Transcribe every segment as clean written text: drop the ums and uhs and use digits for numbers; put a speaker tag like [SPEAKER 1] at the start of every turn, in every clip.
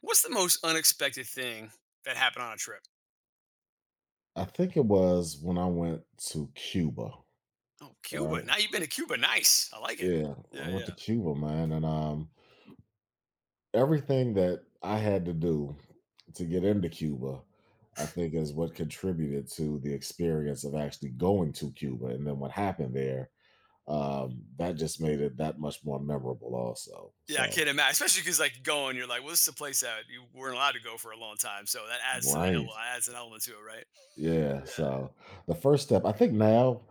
[SPEAKER 1] What's the most unexpected thing that happened on a trip?
[SPEAKER 2] I think it was when I went to Cuba,
[SPEAKER 1] Oh, Cuba.
[SPEAKER 2] alright?
[SPEAKER 1] Now you've been to Cuba. Nice. I like it.
[SPEAKER 2] Yeah, I
[SPEAKER 1] Yeah,
[SPEAKER 2] went
[SPEAKER 1] yeah.
[SPEAKER 2] to Cuba, man, and everything that I had to do to get into Cuba, I think is what contributed to the experience of actually going to Cuba, and then what happened there, that just made it that much more memorable also,
[SPEAKER 1] Yeah, I
[SPEAKER 2] so
[SPEAKER 1] can't imagine. Especially because like going, you're like, well, this is a place that you weren't allowed to go for a long time. So that adds to the
[SPEAKER 2] right.
[SPEAKER 1] adds an element to it, right?
[SPEAKER 2] Yeah,
[SPEAKER 1] Yeah.
[SPEAKER 2] so the first step, I think now,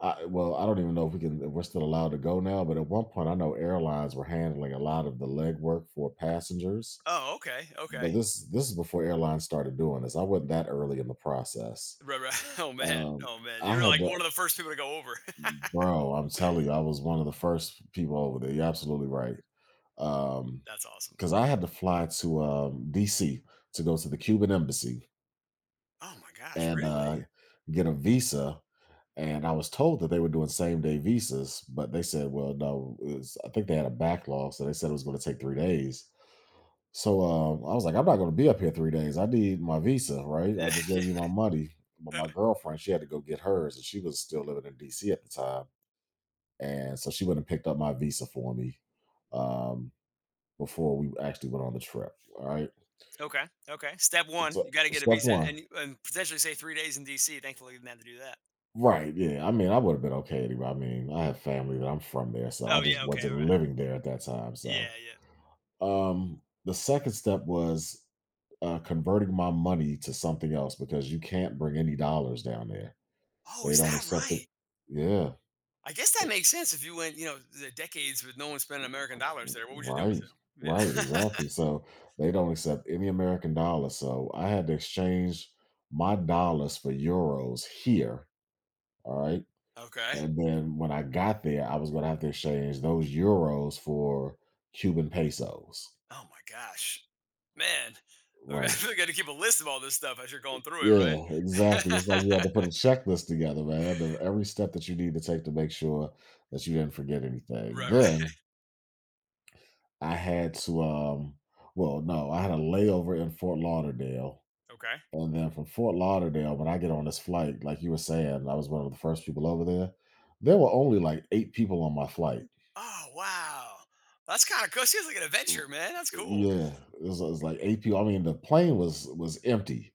[SPEAKER 2] well, I don't even know if we can, if we're still allowed to go now, but at one point I know airlines were handling a lot of the legwork for passengers.
[SPEAKER 1] Oh, okay.
[SPEAKER 2] But
[SPEAKER 1] Okay.
[SPEAKER 2] this is before airlines started doing this. I wasn't that early in the process.
[SPEAKER 1] Right, right. Oh man.
[SPEAKER 2] Um,
[SPEAKER 1] Oh man.
[SPEAKER 2] I
[SPEAKER 1] You were
[SPEAKER 2] had
[SPEAKER 1] like
[SPEAKER 2] that,
[SPEAKER 1] one of the first people to go over.
[SPEAKER 2] bro. I'm telling you, I was one of the first people over there. You're absolutely right. Um,
[SPEAKER 1] That's awesome.
[SPEAKER 2] because I had to fly to DC to go to the Cuban embassy
[SPEAKER 1] Oh my gosh,
[SPEAKER 2] and
[SPEAKER 1] really?
[SPEAKER 2] get a visa. And I was told that they were doing same day visas, but they said, well, no, it was, I think they had a backlog. So they said it was going to take 3 days. So I was like, I'm not going to be up here 3 days. I need my visa, right? I
[SPEAKER 1] Yeah,
[SPEAKER 2] just gave you
[SPEAKER 1] yeah.
[SPEAKER 2] my money. But my girlfriend, she had to go get hers, and she was still living in DC at the time. And so she went and picked up my visa for me, um, before we actually went on the trip. All right.
[SPEAKER 1] Okay. Okay. Step one,
[SPEAKER 2] So,
[SPEAKER 1] you got to get a
[SPEAKER 2] step
[SPEAKER 1] visa
[SPEAKER 2] one.
[SPEAKER 1] and potentially say 3 days in DC. Thankfully, you didn't have to do that.
[SPEAKER 2] Right. Yeah. I mean, I would have been okay anyway. I mean, I have family that I'm from there. So I
[SPEAKER 1] Oh yeah.
[SPEAKER 2] just
[SPEAKER 1] Okay. All
[SPEAKER 2] wasn't
[SPEAKER 1] right.
[SPEAKER 2] living there at that time. So
[SPEAKER 1] Yeah. Yeah.
[SPEAKER 2] The second step was converting my money to something else because you can't bring any dollars down there.
[SPEAKER 1] Oh,
[SPEAKER 2] They
[SPEAKER 1] is
[SPEAKER 2] don't
[SPEAKER 1] that
[SPEAKER 2] accept
[SPEAKER 1] right?
[SPEAKER 2] it. Yeah,
[SPEAKER 1] I guess that makes sense if you went, you know, the decades with no one spending American dollars there. What would you do with
[SPEAKER 2] right,
[SPEAKER 1] it?
[SPEAKER 2] right,
[SPEAKER 1] Yeah.
[SPEAKER 2] exactly. So they don't accept any American dollar. So I had to exchange my dollars for euros here. All right.
[SPEAKER 1] okay.
[SPEAKER 2] And then when I got there, I was going to have to exchange those euros for Cuban pesos.
[SPEAKER 1] Oh my gosh, man. I
[SPEAKER 2] Right.
[SPEAKER 1] feel like I got to keep a list of all this stuff as you're going through it,
[SPEAKER 2] Yeah, exactly. It's like
[SPEAKER 1] right?
[SPEAKER 2] you had to put a checklist together, man, of every step that you need to take to make sure that you didn't forget anything.
[SPEAKER 1] right, right.
[SPEAKER 2] Then I had to, well, no, I had a layover in Fort Lauderdale.
[SPEAKER 1] Okay.
[SPEAKER 2] And then from Fort Lauderdale, when I get on this flight, like you were saying, I was one of the first people over there. There were only like eight people on my flight.
[SPEAKER 1] Oh wow, that's kind of cool. Seems like an adventure, man. That's cool.
[SPEAKER 2] Yeah, it was like eight people. I mean, the plane was empty.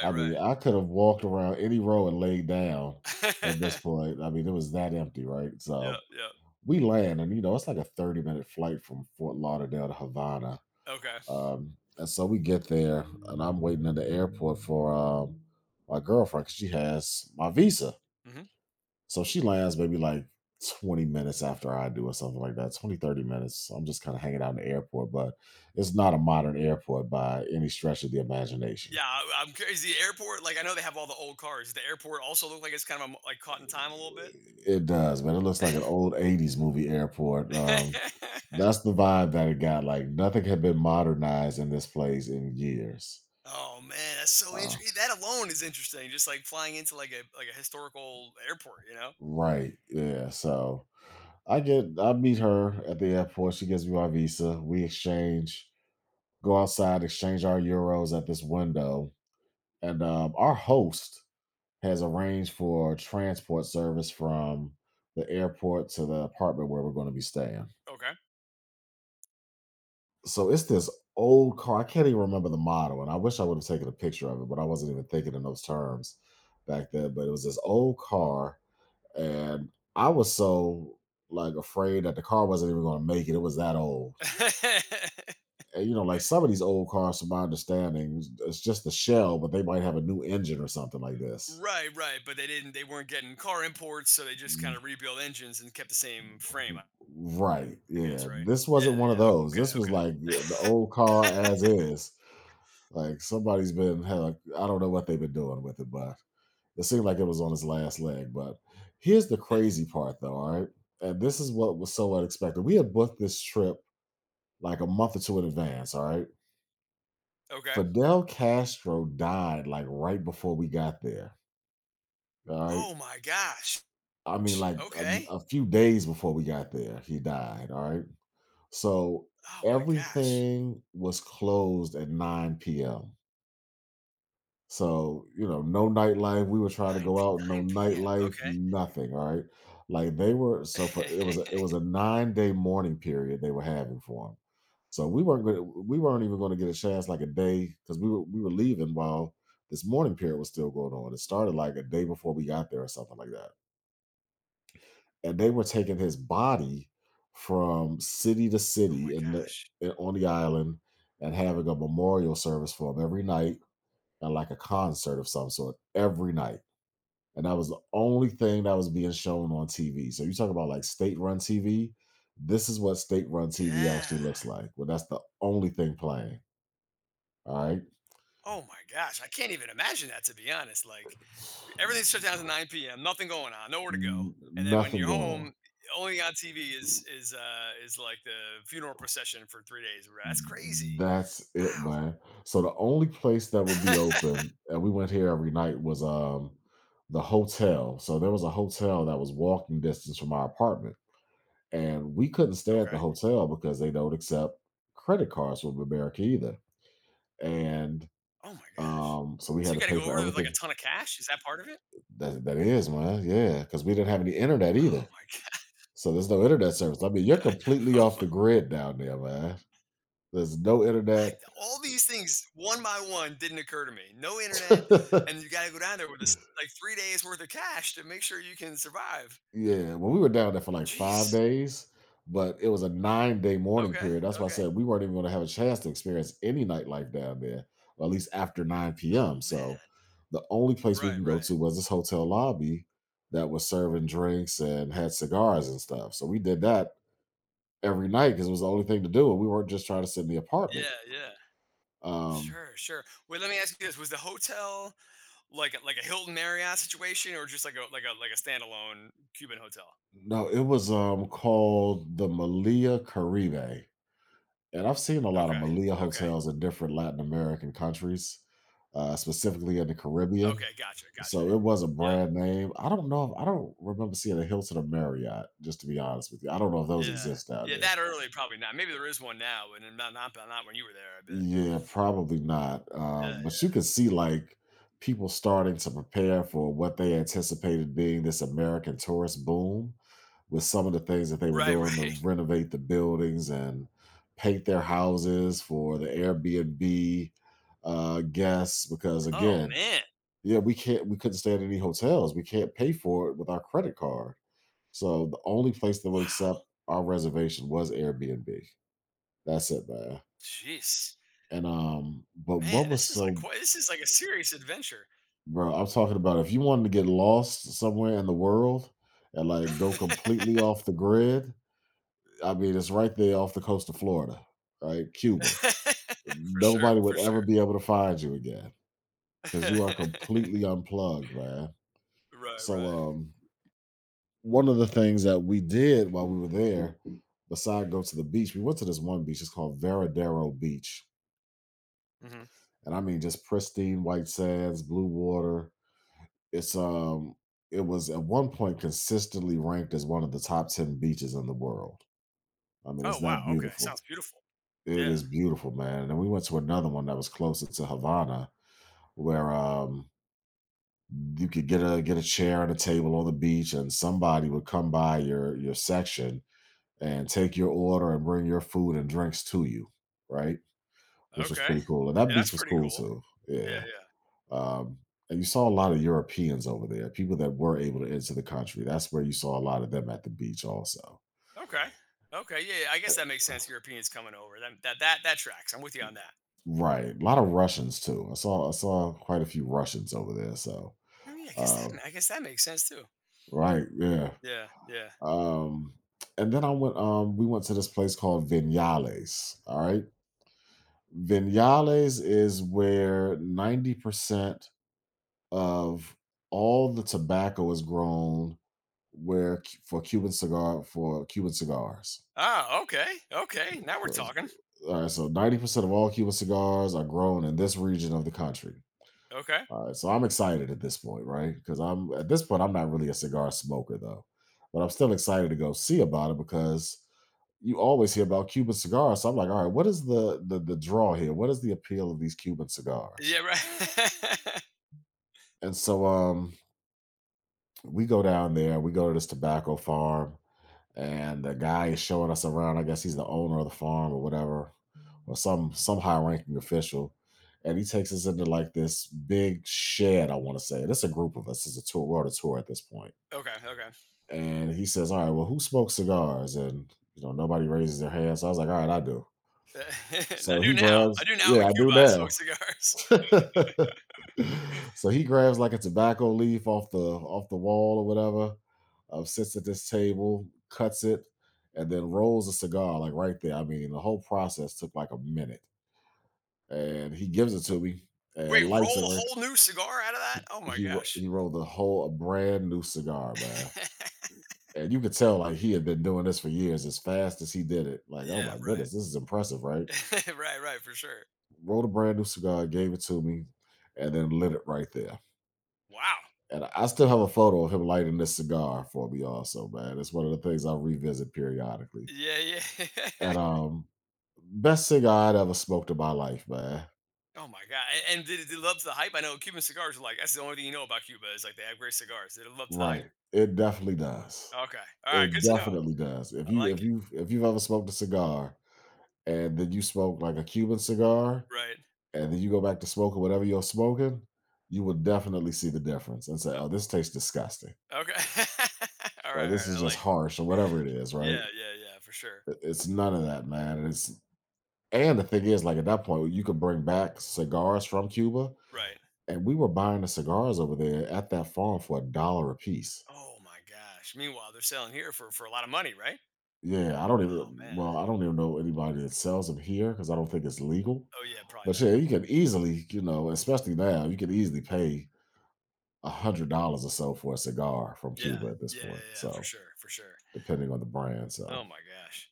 [SPEAKER 2] I mean, I could have walked around any row and laid down at this
[SPEAKER 1] right.
[SPEAKER 2] point. I mean, it was that empty, right?
[SPEAKER 1] yeah,
[SPEAKER 2] So
[SPEAKER 1] yeah.
[SPEAKER 2] we land, and you know, it's like a 30-minute flight from Fort Lauderdale to Havana.
[SPEAKER 1] Okay.
[SPEAKER 2] And so we get there, and I'm waiting in the airport for my girlfriend because she has my visa.
[SPEAKER 1] hmm
[SPEAKER 2] So she lands maybe like 20 minutes after I do, or something like that, 20, 30 minutes. So I'm just kind of hanging out in the airport, but it's not a modern airport by any stretch of the imagination.
[SPEAKER 1] Yeah, I'm curious. The airport, like I know they have all the old cars. Does the airport also look like it's kind of like caught in time a little bit.
[SPEAKER 2] It does, man. It looks like an old '80s movie airport. That's the vibe that it got. Like nothing had been modernized in this place in years.
[SPEAKER 1] oh man, that's so
[SPEAKER 2] Uh,
[SPEAKER 1] interesting. That alone is interesting. Just like flying into like a historical airport, you know?
[SPEAKER 2] right? Yeah. So I meet her at the airport. She gives me my visa. We exchange, go outside, exchange our euros at this window, and our host has arranged for transport service from the airport to the apartment where we're going to be staying.
[SPEAKER 1] Okay.
[SPEAKER 2] So it's this old car. I can't even remember the model, and I wish I would have taken a picture of it, but I wasn't even thinking in those terms back then. But it was this old car, and I was so like afraid that the car wasn't even going to make it. It was that old. And you know, like some of these old cars, from my understanding, it's just the shell, but they might have a new engine or something like this.
[SPEAKER 1] right, right. But they didn't. They weren't getting car imports, so they just kind
[SPEAKER 2] W-
[SPEAKER 1] of rebuilt engines and kept the same frame, I
[SPEAKER 2] Right.
[SPEAKER 1] I guess.
[SPEAKER 2] Yeah.
[SPEAKER 1] Right?
[SPEAKER 2] This
[SPEAKER 1] Yeah,
[SPEAKER 2] wasn't one of those.
[SPEAKER 1] yeah.
[SPEAKER 2] This was like the
[SPEAKER 1] Okay,
[SPEAKER 2] old car as is. Like somebody's been had a, I don't know what they've been doing with it, but it seemed like it was on his last leg. But here's the
[SPEAKER 1] okay.
[SPEAKER 2] crazy part, though. All right, and this is what was so unexpected. We had booked this trip like a month or two in advance. All right,
[SPEAKER 1] okay.
[SPEAKER 2] Fidel Castro died like right before we got there. All right,
[SPEAKER 1] Oh my gosh.
[SPEAKER 2] I mean like
[SPEAKER 1] Okay.
[SPEAKER 2] a few days before we got there, he died. All right, so
[SPEAKER 1] Oh my gosh.
[SPEAKER 2] everything was closed at 9 p.m. So, you know, no nightlife. We were trying to
[SPEAKER 1] 9
[SPEAKER 2] go
[SPEAKER 1] p-
[SPEAKER 2] out, no
[SPEAKER 1] 9 p.m.
[SPEAKER 2] nightlife,
[SPEAKER 1] Okay.
[SPEAKER 2] nothing, right? Like they were so for it was a 9 day mourning period they were having for him. So we weren't even gonna get a chance like a day because we were leaving while this mourning period was still going on. It started like a day before we got there or something like that. And they were taking his body from city to
[SPEAKER 1] oh my
[SPEAKER 2] city
[SPEAKER 1] gosh.
[SPEAKER 2] in, on the island and having a memorial service for him every night and like a concert of some sort every night. And that was the only thing that was being shown on TV. So you talk about like state run TV. This is what state run TV actually
[SPEAKER 1] Yeah.
[SPEAKER 2] looks like. Well, that's the only thing playing. All right.
[SPEAKER 1] Oh my gosh, I can't even imagine that, to be honest. Like everything's shut down to 9 p.m. Nothing going on, nowhere to go. And then when
[SPEAKER 2] Nothing
[SPEAKER 1] you're
[SPEAKER 2] going on.
[SPEAKER 1] home, only on TV is like the funeral procession for 3 days. Or That's crazy.
[SPEAKER 2] That's it,
[SPEAKER 1] Wow.
[SPEAKER 2] man. So the only place that would be open, and we went here every night, was the hotel. So there was a hotel that was walking distance from our apartment and we couldn't stay at
[SPEAKER 1] okay.
[SPEAKER 2] the hotel because they don't accept credit cards from America either. And
[SPEAKER 1] Oh my gosh.
[SPEAKER 2] so we
[SPEAKER 1] So
[SPEAKER 2] had
[SPEAKER 1] you
[SPEAKER 2] to
[SPEAKER 1] got to
[SPEAKER 2] pay
[SPEAKER 1] go
[SPEAKER 2] for
[SPEAKER 1] over there with like a
[SPEAKER 2] everything.
[SPEAKER 1] ton of cash. Is that part of it?
[SPEAKER 2] That is, man, yeah, because we didn't have any internet
[SPEAKER 1] Oh
[SPEAKER 2] either.
[SPEAKER 1] my
[SPEAKER 2] So there's no internet service. I mean, you're completely
[SPEAKER 1] god! Oh
[SPEAKER 2] off
[SPEAKER 1] my,
[SPEAKER 2] the grid down there, man. There's no
[SPEAKER 1] I,
[SPEAKER 2] internet.
[SPEAKER 1] all these things one by one didn't occur to me. No internet, and you got to go down there with this, like, 3 days worth of cash to make sure you can survive.
[SPEAKER 2] Yeah, well, we were down there for like 5
[SPEAKER 1] Jeez.
[SPEAKER 2] days, but it was a 9-day mourning
[SPEAKER 1] Okay,
[SPEAKER 2] period, that's why I
[SPEAKER 1] okay.
[SPEAKER 2] said we weren't even gonna have a chance to experience any nightlife down there, or at least after 9 p.m.,
[SPEAKER 1] Oh, man.
[SPEAKER 2] so the only place we can
[SPEAKER 1] Right,
[SPEAKER 2] go
[SPEAKER 1] right.
[SPEAKER 2] to was this hotel lobby that was serving drinks and had cigars and stuff, so we did that every night because it was the only thing to do, and we weren't just trying to sit in the apartment.
[SPEAKER 1] Yeah, yeah.
[SPEAKER 2] Um,
[SPEAKER 1] Sure, sure. Wait, let me ask you this. Was the hotel like a Hilton Marriott situation or just like a like a standalone Cuban hotel?
[SPEAKER 2] no, it was, called the Malia Caribe. And I've seen a lot of
[SPEAKER 1] Okay.
[SPEAKER 2] Malia
[SPEAKER 1] Okay.
[SPEAKER 2] hotels in different Latin American countries, specifically in the Caribbean.
[SPEAKER 1] Okay, gotcha, gotcha.
[SPEAKER 2] So it was a
[SPEAKER 1] Yep.
[SPEAKER 2] brand name. I don't know. If, I don't remember seeing a Hilton or Marriott. Just to be honest with you, I don't know if those
[SPEAKER 1] Yeah.
[SPEAKER 2] exist down
[SPEAKER 1] Yeah,
[SPEAKER 2] there.
[SPEAKER 1] that early, probably not. Maybe there is one now, but not when you were there, I bet.
[SPEAKER 2] Yeah, probably not.
[SPEAKER 1] Yeah,
[SPEAKER 2] But you
[SPEAKER 1] yeah.
[SPEAKER 2] can see like people starting to prepare for what they anticipated being this American tourist boom with some of the things that they were
[SPEAKER 1] Right,
[SPEAKER 2] doing to
[SPEAKER 1] right.
[SPEAKER 2] renovate the buildings and paint their houses for the Airbnb guests. Because
[SPEAKER 1] Oh,
[SPEAKER 2] again,
[SPEAKER 1] man.
[SPEAKER 2] yeah, we couldn't stay at any hotels. We can't pay for it with our credit card. So the only place that would accept
[SPEAKER 1] Wow.
[SPEAKER 2] our reservation was Airbnb. That's it, man.
[SPEAKER 1] Jeez.
[SPEAKER 2] And but what
[SPEAKER 1] Man,
[SPEAKER 2] was
[SPEAKER 1] this is like
[SPEAKER 2] so,
[SPEAKER 1] quite this is like a serious adventure.
[SPEAKER 2] bro? I'm talking about if you wanted to get lost somewhere in the world and like go completely off the grid, I mean, it's right there off the coast of Florida, right? Cuba.
[SPEAKER 1] For sure,
[SPEAKER 2] Nobody
[SPEAKER 1] for
[SPEAKER 2] would ever
[SPEAKER 1] sure.
[SPEAKER 2] be able to find you again because you are completely unplugged, man.
[SPEAKER 1] Right,
[SPEAKER 2] So,
[SPEAKER 1] right.
[SPEAKER 2] one of the things that we did while we were there, besides go to the beach, we went to this one beach. It's called Veradero Beach,
[SPEAKER 1] Mhm.
[SPEAKER 2] and I mean, just pristine white sands, blue water. It's it was at one point consistently ranked as one of the top 10 beaches in the world. I mean,
[SPEAKER 1] Oh,
[SPEAKER 2] it's that
[SPEAKER 1] wow, okay,
[SPEAKER 2] beautiful.
[SPEAKER 1] sounds beautiful.
[SPEAKER 2] It
[SPEAKER 1] Yeah,
[SPEAKER 2] is beautiful, man. And we went to another one that was closer to Havana, where you could get a chair and a table on the beach, and somebody would come by your section and take your order and bring your food and drinks to you, right? Which was
[SPEAKER 1] okay.
[SPEAKER 2] pretty cool. And that
[SPEAKER 1] Yeah,
[SPEAKER 2] beach
[SPEAKER 1] that's
[SPEAKER 2] was
[SPEAKER 1] pretty
[SPEAKER 2] cool
[SPEAKER 1] cool.
[SPEAKER 2] too.
[SPEAKER 1] Yeah,
[SPEAKER 2] Yeah. Um, and you saw a lot of Europeans over there, people that were able to enter the country. That's where you saw a lot of them at the beach, also.
[SPEAKER 1] yeah. Okay. Okay, yeah, yeah, I guess that makes sense, Europeans coming over, that tracks, I'm with you on that.
[SPEAKER 2] Right. A lot of Russians too. I saw quite a few Russians over there. So.
[SPEAKER 1] Oh, yeah,
[SPEAKER 2] Um,
[SPEAKER 1] I guess that makes sense too.
[SPEAKER 2] Right, yeah.
[SPEAKER 1] Yeah, yeah.
[SPEAKER 2] Um, and then I went. We went to this place called Vinales. All right, Vinales is where 90% of all the tobacco is grown where for Cuban cigar for Cuban cigars.
[SPEAKER 1] Ah, okay, okay, now we're
[SPEAKER 2] So it's-
[SPEAKER 1] talking.
[SPEAKER 2] All right, so 90% of all Cuban cigars are grown in this region of the country.
[SPEAKER 1] Okay.
[SPEAKER 2] All right, so I'm excited at this point, right? Because I'm at this point, I'm not really a cigar smoker though, but I'm still excited to go see about it because you always hear about Cuban cigars. So I'm like, all right, what is the draw here? What is the appeal of these Cuban cigars?
[SPEAKER 1] Yeah, right.
[SPEAKER 2] And so we go down there, we go to this tobacco farm, and the guy is showing us around. I guess he's the owner of the farm or whatever, or some high ranking official. And he takes us into like this big shed, I want to say. This is a group of us. It's a tour, we're on a tour at this point.
[SPEAKER 1] Okay, okay.
[SPEAKER 2] And he says, "All right, well, who smokes cigars?" And nobody raises their hand. So I was like, "All right, I do." So
[SPEAKER 1] I do
[SPEAKER 2] he
[SPEAKER 1] now. I
[SPEAKER 2] grabs,
[SPEAKER 1] do now, I'm
[SPEAKER 2] yeah,
[SPEAKER 1] in
[SPEAKER 2] I do
[SPEAKER 1] Cuba, I smoke
[SPEAKER 2] now.
[SPEAKER 1] cigars.
[SPEAKER 2] So he grabs like a tobacco leaf off the wall or whatever, sits at this table, cuts it, and then rolls a cigar like right there. I mean, the whole process took like a minute, and he gives it to me and
[SPEAKER 1] Wait,
[SPEAKER 2] lights
[SPEAKER 1] roll
[SPEAKER 2] it
[SPEAKER 1] a
[SPEAKER 2] right.
[SPEAKER 1] whole new cigar out of that? Oh my
[SPEAKER 2] He ro-
[SPEAKER 1] gosh.
[SPEAKER 2] he rolled the whole a brand new cigar, man. And you could tell like he had been doing this for years as fast as he did it. Like, oh
[SPEAKER 1] Yeah,
[SPEAKER 2] my
[SPEAKER 1] right.
[SPEAKER 2] goodness, this is impressive, right?
[SPEAKER 1] Right, right, for sure.
[SPEAKER 2] Rolled a brand new cigar, gave it to me, and then lit it right there.
[SPEAKER 1] Wow.
[SPEAKER 2] And I still have a photo of him lighting this cigar for me also, man. It's one of the things I revisit periodically.
[SPEAKER 1] Yeah, yeah.
[SPEAKER 2] And best cigar I'd ever smoked in my life, man.
[SPEAKER 1] Oh my god, a and did it live up to the hype? I know Cuban cigars are like that's the only thing you know about Cuba is, like, they have great cigars. Did it live up to the hype?
[SPEAKER 2] Right. It definitely does.
[SPEAKER 1] Okay. Alright,
[SPEAKER 2] It
[SPEAKER 1] good to know.
[SPEAKER 2] definitely does. If
[SPEAKER 1] I
[SPEAKER 2] you if
[SPEAKER 1] like it.
[SPEAKER 2] you if you've ever smoked a cigar and then you smoke like a Cuban cigar
[SPEAKER 1] Right.
[SPEAKER 2] and then you go back to smoking whatever you're smoking, you will definitely see the difference and say, "Oh, this tastes disgusting.
[SPEAKER 1] O okay. Alright,
[SPEAKER 2] Or this
[SPEAKER 1] alright,
[SPEAKER 2] is
[SPEAKER 1] I
[SPEAKER 2] just
[SPEAKER 1] like it.
[SPEAKER 2] harsh or whatever it is." Right?
[SPEAKER 1] Yeah, yeah, yeah, for sure.
[SPEAKER 2] It's none of that, man. And the thing is, like at that point, you could bring back cigars from Cuba,
[SPEAKER 1] Right.
[SPEAKER 2] and we were buying the cigars over there at that farm for a dollar a piece.
[SPEAKER 1] Oh my gosh. Meanwhile, they're selling here for a lot of money, right?
[SPEAKER 2] Yeah, I don't
[SPEAKER 1] Oh,
[SPEAKER 2] even.
[SPEAKER 1] man.
[SPEAKER 2] Well, I don't even know anybody that sells them here because I don't think it's legal.
[SPEAKER 1] Oh, yeah, probably
[SPEAKER 2] But
[SPEAKER 1] not.
[SPEAKER 2] yeah, you can easily, you know, especially now, you can easily pay $100 or so for a cigar from
[SPEAKER 1] Yeah.
[SPEAKER 2] Cuba at this
[SPEAKER 1] Yeah, yeah,
[SPEAKER 2] point.
[SPEAKER 1] yeah, for
[SPEAKER 2] So
[SPEAKER 1] sure, for sure.
[SPEAKER 2] depending on the brand, so
[SPEAKER 1] Oh my gosh.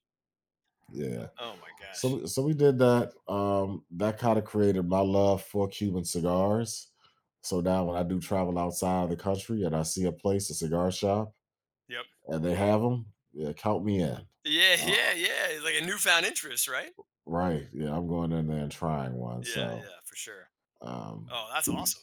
[SPEAKER 2] yeah.
[SPEAKER 1] Oh my
[SPEAKER 2] So
[SPEAKER 1] gosh.
[SPEAKER 2] we- so we did that. That kind of created my love for Cuban cigars. So now when I do travel outside of the country and I see a place, a cigar shop,
[SPEAKER 1] Yep.
[SPEAKER 2] and they have them, yeah, count me in.
[SPEAKER 1] Yeah, yeah,
[SPEAKER 2] Uh,
[SPEAKER 1] yeah. It's like a newfound interest, right?
[SPEAKER 2] right? Yeah, I'm going in there and trying one.
[SPEAKER 1] Yeah,
[SPEAKER 2] So
[SPEAKER 1] yeah, for sure.
[SPEAKER 2] um,
[SPEAKER 1] Oh, that's awesome.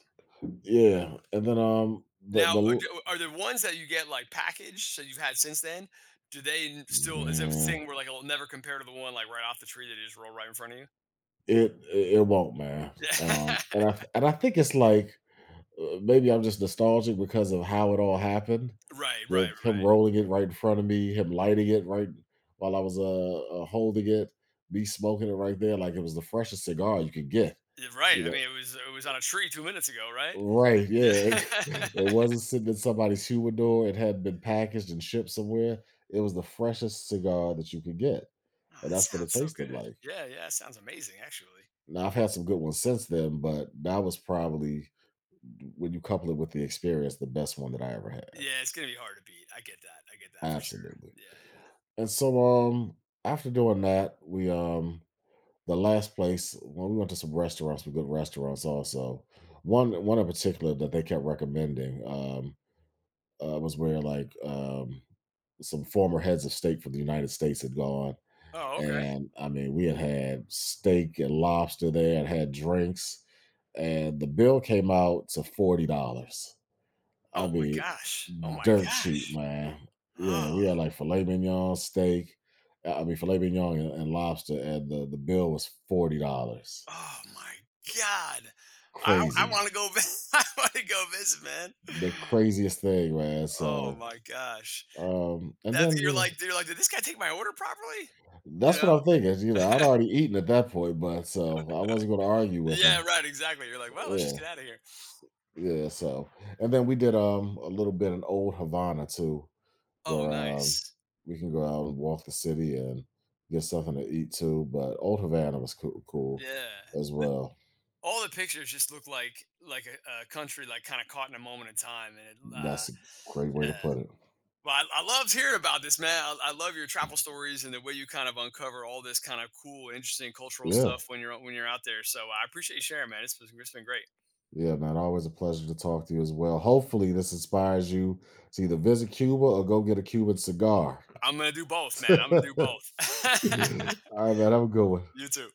[SPEAKER 2] yeah, and then
[SPEAKER 1] Now, are the ones that you get like packaged that you've had since then? Do they still is it a
[SPEAKER 2] yeah,
[SPEAKER 1] thing where like it'll never compare to the one like right off the tree that you just roll right in front of you?
[SPEAKER 2] it won't, man.
[SPEAKER 1] Yeah.
[SPEAKER 2] And I and I think it's like maybe I'm just nostalgic because of how it all happened
[SPEAKER 1] right,
[SPEAKER 2] with
[SPEAKER 1] right,
[SPEAKER 2] him
[SPEAKER 1] right.
[SPEAKER 2] rolling it right in front of me, him lighting it right while I was, holding it, me smoking it right there like it was the freshest cigar you could get,
[SPEAKER 1] Yeah, right.
[SPEAKER 2] you
[SPEAKER 1] I
[SPEAKER 2] know
[SPEAKER 1] mean, it was on a tree 2 minutes ago, right?
[SPEAKER 2] Right, yeah.
[SPEAKER 1] Yeah.
[SPEAKER 2] It
[SPEAKER 1] oh,
[SPEAKER 2] it
[SPEAKER 1] that
[SPEAKER 2] wasn't sitting in somebody's humidor, it hadn't been packaged and shipped somewhere. It was the freshest cigar that you could get, and that's what it
[SPEAKER 1] sounds so
[SPEAKER 2] tasted
[SPEAKER 1] good.
[SPEAKER 2] like.
[SPEAKER 1] Yeah, yeah. It sounds amazing, actually.
[SPEAKER 2] Now, I've had some good ones since then, but that was probably, when you couple it with the experience, the best one that I ever had.
[SPEAKER 1] Yeah, it's gonna be hard to beat. I get that. I get that for sure.
[SPEAKER 2] Absolutely.
[SPEAKER 1] Yeah, yeah.
[SPEAKER 2] And so, um, after doing that, we the last place well, we went to some restaurants, some good restaurants also. One in particular that they kept recommending was where like some former heads of state from the United States had gone,
[SPEAKER 1] Oh, okay.
[SPEAKER 2] and I mean we had had steak and lobster there, and had drinks, and the bill came out to $40. I
[SPEAKER 1] Oh my
[SPEAKER 2] mean,
[SPEAKER 1] gosh. Oh my
[SPEAKER 2] dirt cheap,
[SPEAKER 1] gosh.
[SPEAKER 2] man.
[SPEAKER 1] Oh,
[SPEAKER 2] Yeah, we had like filet mignon, steak. I mean, filet mignon and lobster, and the bill was $40.
[SPEAKER 1] oh my god. I
[SPEAKER 2] Crazy,
[SPEAKER 1] want to go. I want to go visit, man.
[SPEAKER 2] the craziest thing, man.
[SPEAKER 1] Oh
[SPEAKER 2] So,
[SPEAKER 1] my gosh.
[SPEAKER 2] and
[SPEAKER 1] That
[SPEAKER 2] then you know,
[SPEAKER 1] you're like, did this guy take my order properly? You
[SPEAKER 2] that's what
[SPEAKER 1] know?
[SPEAKER 2] I'm thinking. You know, I'd already eaten at that point, but so I wasn't going to argue with
[SPEAKER 1] Yeah,
[SPEAKER 2] him.
[SPEAKER 1] right. Exactly. You're like, well, let's just
[SPEAKER 2] Yeah,
[SPEAKER 1] get out of here.
[SPEAKER 2] yeah. So, and then we did a little bit in Old Havana too,
[SPEAKER 1] Oh,
[SPEAKER 2] where
[SPEAKER 1] nice.
[SPEAKER 2] we can go out and walk the city and get something to eat too. But Old Havana was cool,
[SPEAKER 1] Yeah.
[SPEAKER 2] as well.
[SPEAKER 1] All the pictures just look like a country like kind of caught in a moment in time, and it,
[SPEAKER 2] That's a great way
[SPEAKER 1] yeah.
[SPEAKER 2] to put it.
[SPEAKER 1] Well, I loved hearing about this, man. I love your travel stories and the way you kind of uncover all this kind of cool, interesting cultural
[SPEAKER 2] Yeah.
[SPEAKER 1] stuff when you're out there. So I appreciate you sharing, man. It's been great.
[SPEAKER 2] Yeah, man. Always a pleasure to talk to you as well. Hopefully, this inspires you to either visit Cuba or go get a Cuban cigar.
[SPEAKER 1] I'm gonna do both, man. I'm gonna do
[SPEAKER 2] All
[SPEAKER 1] both.
[SPEAKER 2] right, man. Have a good one.
[SPEAKER 1] you too.